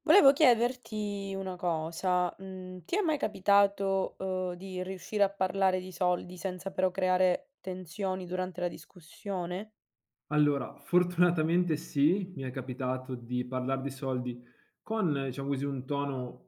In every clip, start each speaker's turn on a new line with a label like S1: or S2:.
S1: Volevo chiederti una cosa, ti è mai capitato, di riuscire a parlare di soldi senza però creare tensioni durante la discussione?
S2: Allora, fortunatamente sì, mi è capitato di parlar di soldi con, diciamo così, un tono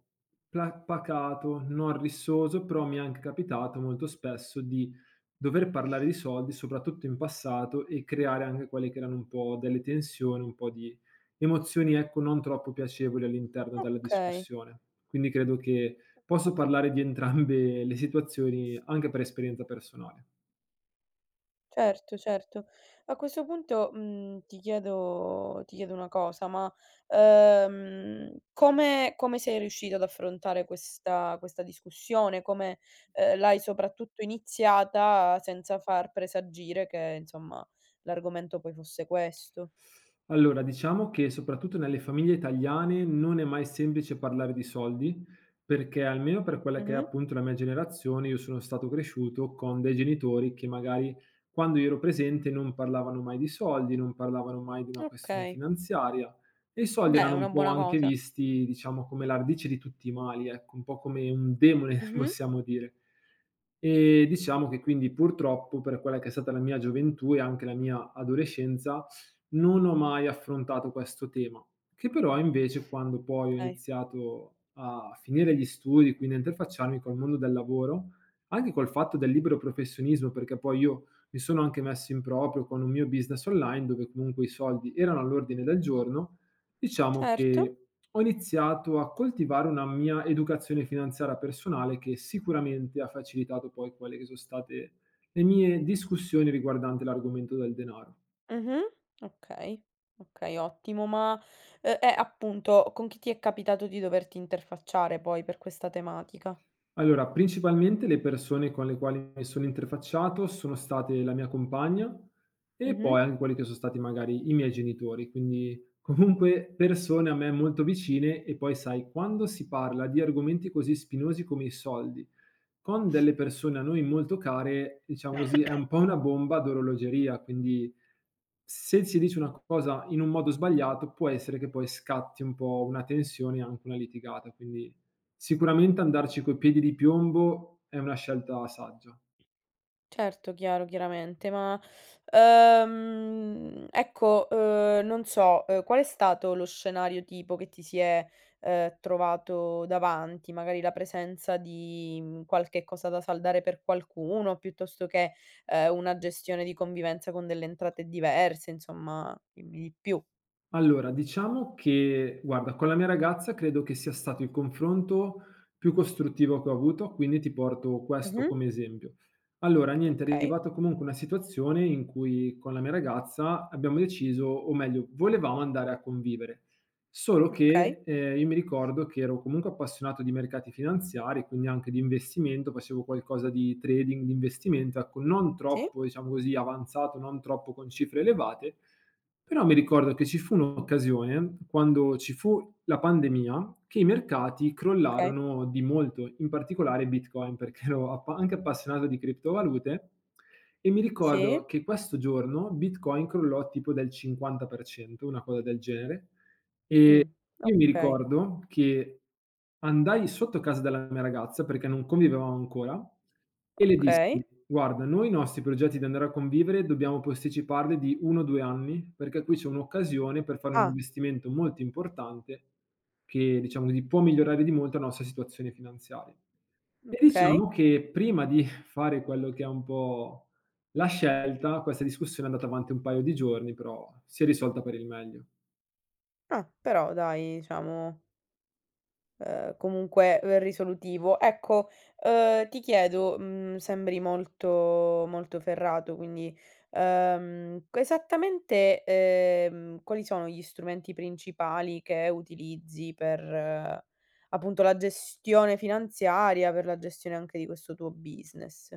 S2: pla pacato, non rissoso, però mi è anche capitato molto spesso di dover parlare di soldi, soprattutto in passato, e creare anche quelle che erano un po' delle tensioni, un po' di emozioni, ecco, non troppo piacevoli all'interno della
S1: Okay,
S2: discussione. Quindi credo che posso parlare di entrambe le situazioni anche per esperienza personale.
S1: certo, certo. A questo punto, ti chiedo una cosa, ma, come sei riuscito ad affrontare questa discussione? Come, l'hai soprattutto iniziata senza far presagire che, insomma, l'argomento poi fosse questo?
S2: Allora, diciamo che soprattutto nelle famiglie italiane non è mai semplice parlare di soldi, perché almeno per quella che è
S1: Mh-mh.
S2: appunto la mia generazione, io sono stato cresciuto con dei genitori che magari quando io ero presente non parlavano mai di soldi, non parlavano mai di una questione
S1: Okay.
S2: finanziaria e i soldi
S1: Beh, è
S2: erano
S1: una
S2: un po'
S1: buona
S2: anche
S1: cosa.
S2: visti, diciamo, come la radice di tutti i mali, ecco, un po' come un demone,
S1: Mh-mh.
S2: possiamo dire. E diciamo che quindi purtroppo per quella che è stata la mia gioventù e anche la mia adolescenza non ho mai affrontato questo tema, che però invece quando poi ho
S1: Okay,
S2: iniziato a finire gli studi, quindi a interfacciarmi col mondo del lavoro, anche col fatto del libero professionismo, perché poi io mi sono anche messo in proprio con un mio business online dove comunque i soldi erano all'ordine del giorno, diciamo
S1: certo.
S2: che ho iniziato a coltivare una mia educazione finanziaria personale che sicuramente ha facilitato poi quelle che sono state le mie discussioni riguardante l'argomento del denaro.
S1: Mh-mh. Okay, okay, ottimo. Ma, appunto, con chi ti è capitato di doverti interfacciare poi per questa tematica?
S2: Allora, principalmente le persone con le quali mi sono interfacciato sono state la mia compagna e
S1: Mh-mh.
S2: poi anche quelli che sono stati magari i miei genitori, quindi comunque persone a me molto vicine e poi sai, quando si parla di argomenti così spinosi come i soldi con delle persone a noi molto care, diciamo così, è un po' una bomba d'orologeria, quindi se si dice una cosa in un modo sbagliato, può essere che poi scatti un po' una tensione e anche una litigata. Quindi sicuramente andarci coi piedi di piombo è una scelta saggia.
S1: Certo, chiaro, chiaramente, ma, ecco, non so, qual è stato lo scenario tipo che ti si è, trovato davanti? Magari la presenza di, qualche cosa da saldare per qualcuno, piuttosto che, una gestione di convivenza con delle entrate diverse, insomma, dimmi di più.
S2: Allora, diciamo che guarda, con la mia ragazza credo che sia stato il confronto più costruttivo che ho avuto, quindi ti porto questo
S1: Mh-mh.
S2: come esempio. Allora, niente, è
S1: Okay,
S2: arrivata comunque una situazione in cui con la mia ragazza abbiamo deciso, o meglio, volevamo andare a convivere, solo
S1: okay.
S2: che io mi ricordo che ero comunque appassionato di mercati finanziari, quindi anche di investimento, facevo qualcosa di trading, di investimento, ecco, non
S1: Sì,
S2: troppo, diciamo così, avanzato, non troppo con cifre elevate però mi ricordo che ci fu un'occasione, quando ci fu la pandemia, che i mercati
S1: okay.
S2: crollarono di molto, in particolare Bitcoin, perché ero appa anche appassionato di criptovalute e mi
S1: Sì.
S2: ricordo che questo giorno Bitcoin crollò tipo del 50%, una cosa del genere.
S1: Mh.
S2: E io mi
S1: Okay,
S2: ricordo che andai sotto casa della mia ragazza, perché non convivevamo ancora e le dissi:
S1: okay.
S2: "Guarda, noi i nostri progetti di andare a convivere dobbiamo posticiparli di 1 o 2 anni, perché qui c'è un'occasione per fare un
S1: Ah,
S2: investimento molto importante che, diciamo così, può migliorare di molto la nostra situazione finanziaria". E
S1: okay.
S2: diciamo che prima di fare quello che è un po' la scelta, questa discussione è andata avanti un paio di giorni, però si è risolta per il meglio.
S1: Ah, però dai, diciamo comunque, risolutivo. Ecco, ti chiedo, sembri molto molto ferrato, quindi, q esattamente, quali sono gli strumenti principali che utilizzi per, appunto, la gestione finanziaria, per la gestione anche di questo tuo business?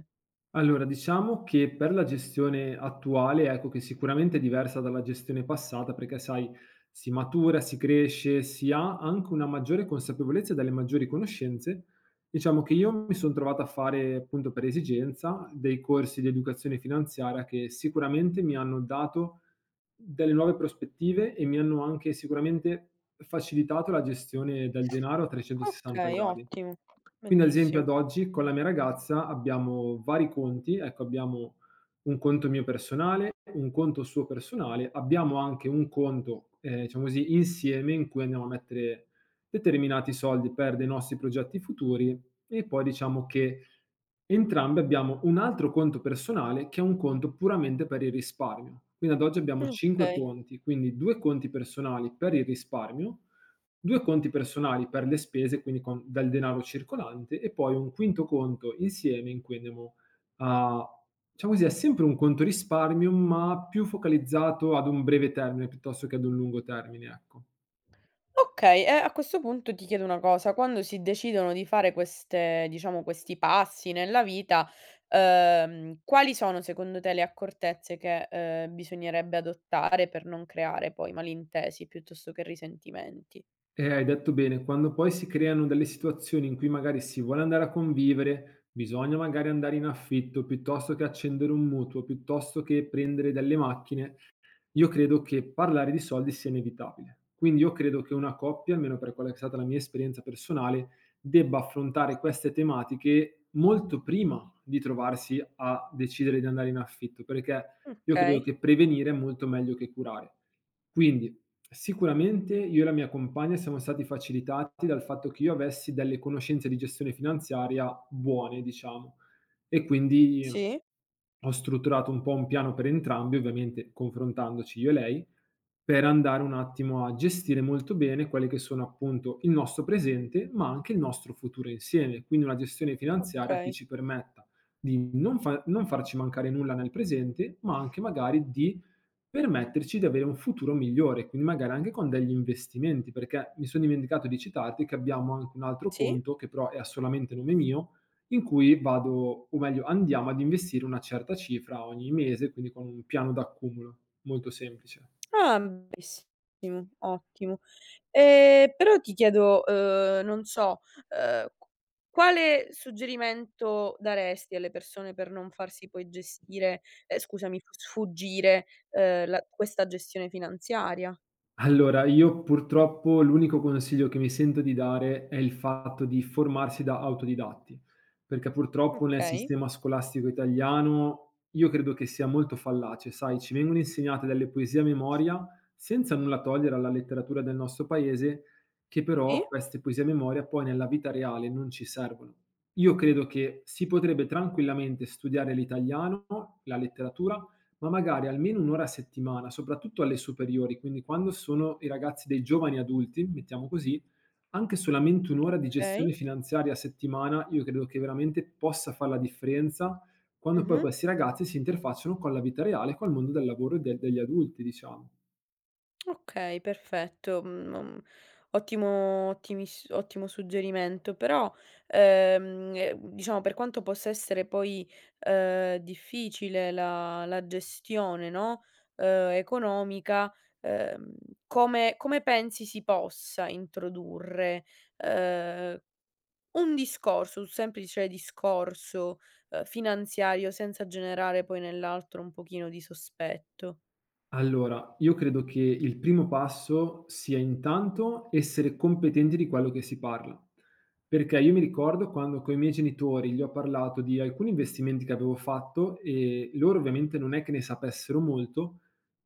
S2: Allora, diciamo che per la gestione attuale, ecco, che sicuramente è diversa dalla gestione passata, perché sai, si matura, si cresce, si ha anche una maggiore consapevolezza e delle maggiori conoscenze. Diciamo che io mi sono trovato a fare, appunto per esigenza, dei corsi di educazione finanziaria che sicuramente mi hanno dato delle nuove prospettive e mi hanno anche sicuramente facilitato la gestione del denaro a 360
S1: Okay,
S2: gradi.
S1: ottimo,
S2: Quindi ad esempio ad
S1: bellissimo.
S2: oggi con la mia ragazza abbiamo vari conti, ecco abbiamo un conto mio personale, un conto suo personale, abbiamo anche un conto, diciamo così, insieme in cui andiamo a mettere determinati soldi per dei nostri progetti futuri e poi diciamo che entrambi abbiamo un altro conto personale che è un conto puramente per il risparmio. Quindi ad oggi abbiamo 5
S1: Okay.
S2: conti, quindi 2 conti personali per il risparmio, 2 conti personali per le spese, quindi con del denaro circolante e poi un quinto conto insieme in cui andiamo a diciamo così, è sempre un conto risparmio, ma più focalizzato ad un breve termine piuttosto che ad un lungo termine, ecco.
S1: Okay, e a questo punto ti chiedo una cosa, quando si decidono di fare queste diciamo, questi passi nella vita, quali sono secondo te le accortezze che, bisognerebbe adottare per non creare poi malintesi piuttosto che risentimenti?
S2: Hai detto bene, quando poi si creano delle situazioni in cui magari si vuole andare a convivere, bisogna magari andare in affitto piuttosto che accendere un mutuo, piuttosto che prendere delle macchine, io credo che parlare di soldi sia inevitabile. Quindi io credo che una coppia, almeno per quella che è stata la mia esperienza personale, debba affrontare queste tematiche molto prima di trovarsi a decidere di andare in affitto, perché io credo
S1: Okay,
S2: che prevenire è molto meglio che curare. Quindi sicuramente io e la mia compagna siamo stati facilitati dal fatto che io avessi delle conoscenze di gestione finanziaria buone, diciamo. E quindi
S1: sì,
S2: ho strutturato un po' un piano per entrambi, ovviamente confrontandoci io e lei, per andare un attimo a gestire molto bene quelle che sono appunto il nostro presente, ma anche il nostro futuro insieme. Quindi una gestione finanziaria che
S1: okay,
S2: ci permetta di non farci mancare nulla nel presente, ma anche magari di permetterci di avere un futuro migliore, quindi magari anche con degli investimenti, perché mi sono dimenticato di citarti che abbiamo anche un altro
S1: sì.
S2: conto, che però è a solamente nome mio, in cui vado o meglio andiamo ad investire una certa cifra ogni mese, quindi con un piano d'accumulo molto semplice.
S1: Ah, benissimo, ottimo. Però ti chiedo, non so, q quale suggerimento daresti alle persone per non farsi poi gestire scusami, f sfuggire, la questa gestione finanziaria?
S2: Allora, io purtroppo l'unico consiglio che mi sento di dare è il fatto di formarsi da autodidatti, perché purtroppo nel
S1: Okay,
S2: sistema scolastico italiano io credo che sia molto fallace, sai, ci vengono insegnate delle poesie a memoria, senza nulla togliere alla letteratura del nostro paese, che però
S1: sì,
S2: queste poesie a memoria poi nella vita reale non ci servono. Io credo che si potrebbe tranquillamente studiare l'italiano, la letteratura, ma magari almeno 1 ora a settimana, soprattutto alle superiori, quindi quando sono i ragazzi dei giovani adulti, mettiamo così, anche solamente 1 ora di
S1: okay,
S2: gestione finanziaria a settimana, io credo che veramente possa far la differenza, quando poi
S1: mh-mh.
S2: questi ragazzi si interfacciano con la vita reale, col mondo del lavoro e de degli adulti, diciamo.
S1: Okay, perfetto. Mhmm, ottimo ottimis ottimo suggerimento. Però, diciamo per quanto possa essere poi, difficile la gestione, no, economica, ehm, come pensi si possa introdurre, ehm, un discorso, un semplice discorso, finanziario senza generare poi nell'altro un pochino di sospetto?
S2: Allora, io credo che il primo passo sia intanto essere competenti di quello che si parla. Perché io mi ricordo quando coi miei genitori gli ho parlato di alcuni investimenti che avevo fatto e loro ovviamente non è che ne sapessero molto,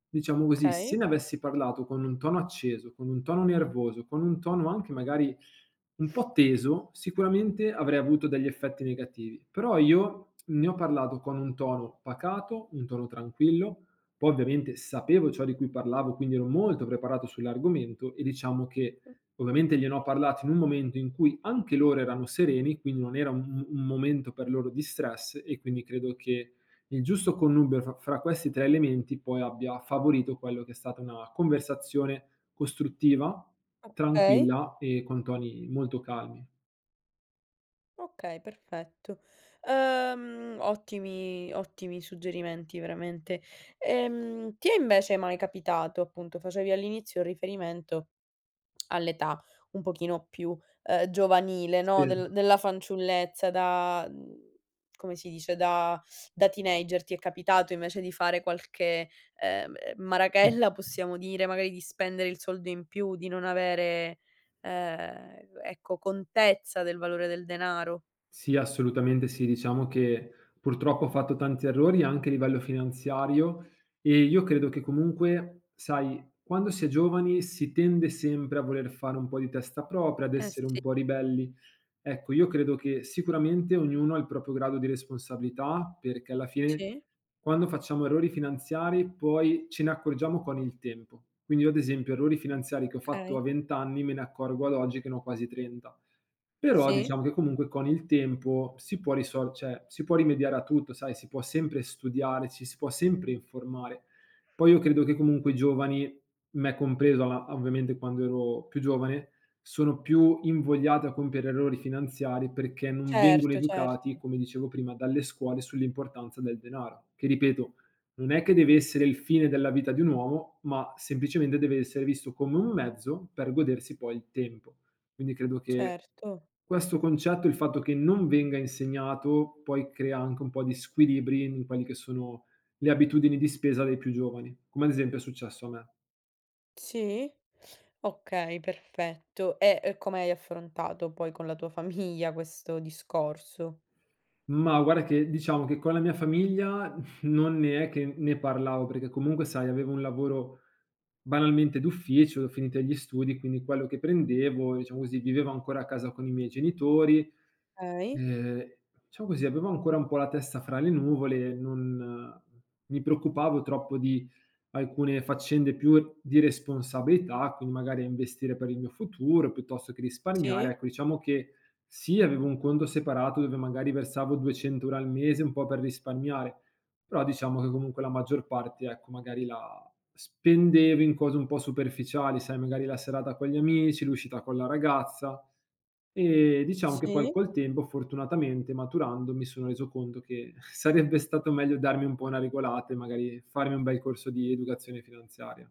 S2: diciamo così,
S1: Okay.
S2: se ne avessi parlato con un tono acceso, con un tono nervoso, con un tono anche magari un po' teso, sicuramente avrei avuto degli effetti negativi. Però io ne ho parlato con un tono pacato, un tono tranquillo poi ovviamente sapevo ciò di cui parlavo, quindi ero molto preparato sull'argomento e diciamo che
S1: Mh,
S2: ovviamente gliene ho parlato in un momento in cui anche loro erano sereni, quindi non era un momento per loro di stress e quindi credo che il giusto connubio fra questi 3 elementi poi abbia favorito quello che è stata una conversazione costruttiva,
S1: okay.
S2: tranquilla e con toni molto calmi.
S1: Okay, perfetto. Ottimi suggerimenti veramente. Ti è invece mai capitato, appunto facevi all'inizio il riferimento all'età un pochino più, giovanile,
S2: Sì.
S1: no, del della fanciullezza da come si dice, da teenager, ti è capitato invece di fare qualche,
S2: Mh.
S1: marachella possiamo dire, magari di spendere il soldo in più, di non avere, ecco, contezza del valore del denaro?
S2: Sì, assolutamente sì. Diciamo che purtroppo ho fatto tanti errori anche a livello finanziario e io credo che comunque, sai, quando si è giovani si tende sempre a voler fare un po' di testa propria, ad
S1: Eh
S2: essere
S1: sì,
S2: un po' ribelli. Ecco, io credo che sicuramente ognuno ha il proprio grado di responsabilità, perché alla fine
S1: sì,
S2: quando facciamo errori finanziari poi ce ne accorgiamo con il tempo. Quindi io ad esempio errori finanziari che ho fatto
S1: okay.
S2: a 20 anni me ne accorgo ad oggi che ne ho quasi 30. Però
S1: Sì.
S2: diciamo che comunque con il tempo si può risol cioè si può rimediare a tutto, sai, si può sempre studiare, ci si può sempre informare. Poi io credo che comunque i giovani, me compreso alla ovviamente quando ero più giovane, sono più invogliati a compiere errori finanziari perché non vengono
S1: Certo, certo,
S2: educati, come dicevo prima, dalle scuole sull'importanza del denaro, che ripeto, non è che deve essere il fine della vita di un uomo, ma semplicemente deve essere visto come un mezzo per godersi poi il tempo. Quindi credo che
S1: certo.
S2: questo concetto, il fatto che non venga insegnato, poi crea anche un po' di squilibri in quelli che sono le abitudini di spesa dei più giovani, come ad esempio è successo a me.
S1: Sì. Okay, perfetto. E, come hai affrontato poi con la tua famiglia questo discorso?
S2: Ma guarda che diciamo che con la mia famiglia non ne è che ne parlavo, perché comunque sai avevo un lavoro banalmente d'ufficio, ho finito gli studi, quindi quello che prendevo, diciamo così, vivevo ancora a casa con i miei genitori,
S1: Okay.
S2: ehm, diciamo così, avevo ancora un po' la testa fra le nuvole, non mi preoccupavo troppo di alcune faccende più di responsabilità, quindi magari a investire per il mio futuro piuttosto che risparmiare.
S1: Sì,
S2: Ecco, diciamo che sì, avevo un conto separato dove magari versavo 200 euro al mese, un po' per risparmiare, però diciamo che comunque la maggior parte, ecco, magari la spendevo in cose un po' superficiali, sai, magari la serata con gli amici, l'uscita con la ragazza e diciamo che poi
S1: sì.
S2: col tempo, fortunatamente, maturando, mi sono reso conto che sarebbe stato meglio darmi un po' una regolata e magari farmi un bel corso di educazione finanziaria.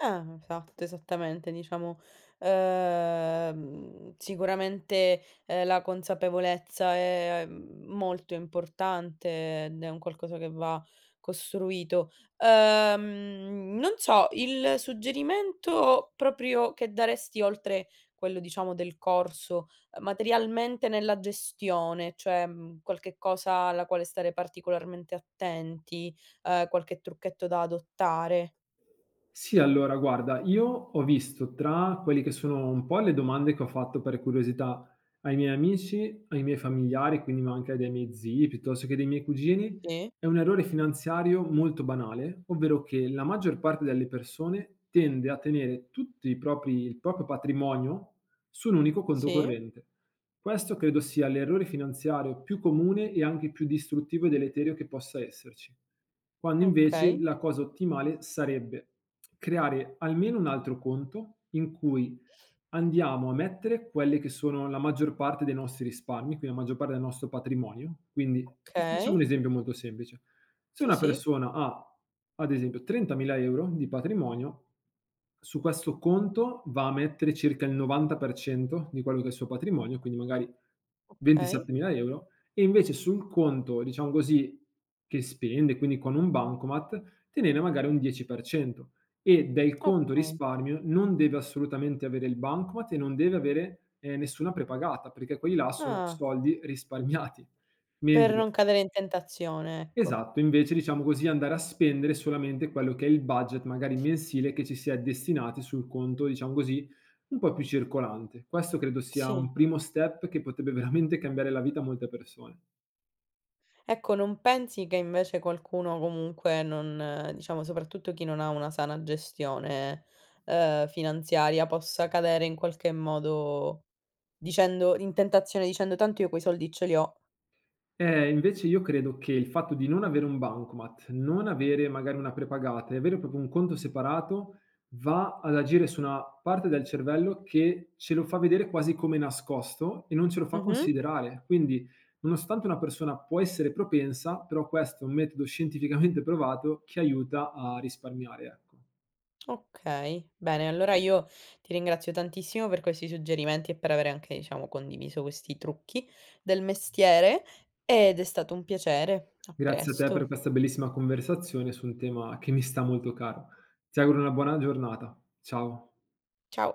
S1: Ah, esatto, esattamente, diciamo, sicuramente, la consapevolezza è molto importante ed è un qualcosa che va costruito. Non so, il suggerimento proprio che daresti oltre quello, diciamo, del corso, materialmente nella gestione, cioè, qualche cosa alla quale stare particolarmente attenti, qualche trucchetto da adottare?
S2: Sì, allora guarda, io ho visto tra quelli che sono un po' le domande che ho fatto per curiosità ai miei amici, ai miei familiari, quindi ma anche dai miei zii, piuttosto che dei miei cugini,
S1: Sì,
S2: è un errore finanziario molto banale, ovvero che la maggior parte delle persone tende a tenere tutti i propri, il proprio patrimonio su un unico conto
S1: sì.
S2: corrente. Questo credo sia l'errore finanziario più comune e anche più distruttivo e deleterio che possa esserci. Quando invece
S1: Okay,
S2: la cosa ottimale sarebbe creare almeno un altro conto in cui andiamo a mettere quelle che sono la maggior parte dei nostri risparmi, quindi la maggior parte del nostro patrimonio. Quindi ti facciamo
S1: okay.
S2: un esempio molto semplice: se
S1: Sì,
S2: una
S1: sì,
S2: persona ha, ad esempio, 30.000 € di patrimonio, su questo conto va a mettere circa il 90% di quello che è il suo patrimonio, quindi magari
S1: okay,
S2: 27.000 € e invece sul conto, diciamo così, che spende, quindi con un bancomat, tenere magari un 10%. E del conto
S1: okay.
S2: risparmio non deve assolutamente avere il bancomat e non deve avere, nessuna prepagata, perché quelli là sono
S1: Ah,
S2: soldi risparmiati.
S1: per
S2: Mentre
S1: non cadere in tentazione, ecco.
S2: esatto, invece diciamo così andare a spendere solamente quello che è il budget magari mensile che ci si è destinati sul conto, diciamo così, un po' più circolante. Questo credo sia
S1: Sì.
S2: un primo step che potrebbe veramente cambiare la vita a molte persone.
S1: Ecco, non pensi che invece qualcuno comunque non diciamo, soprattutto chi non ha una sana gestione, finanziaria, possa cadere in qualche modo dicendo in tentazione dicendo: "Tanto io quei soldi ce li ho."
S2: Invece io credo che il fatto di non avere un bancomat, non avere magari una prepagata e avere proprio un conto separato, va ad agire su una parte del cervello che ce lo fa vedere quasi come nascosto e non ce lo fa
S1: Mh-mh.
S2: considerare. Quindi, nonostante una persona può essere propensa, però questo è un metodo scientificamente provato che aiuta a risparmiare, ecco.
S1: Okay, bene, allora io ti ringrazio tantissimo per questi suggerimenti e per aver anche, diciamo, condiviso questi trucchi del mestiere ed è stato un piacere. A
S2: Grazie a te per
S1: presto.
S2: questa bellissima conversazione su un tema che mi sta molto caro. Ti auguro una buona giornata. Ciao.
S1: Ciao.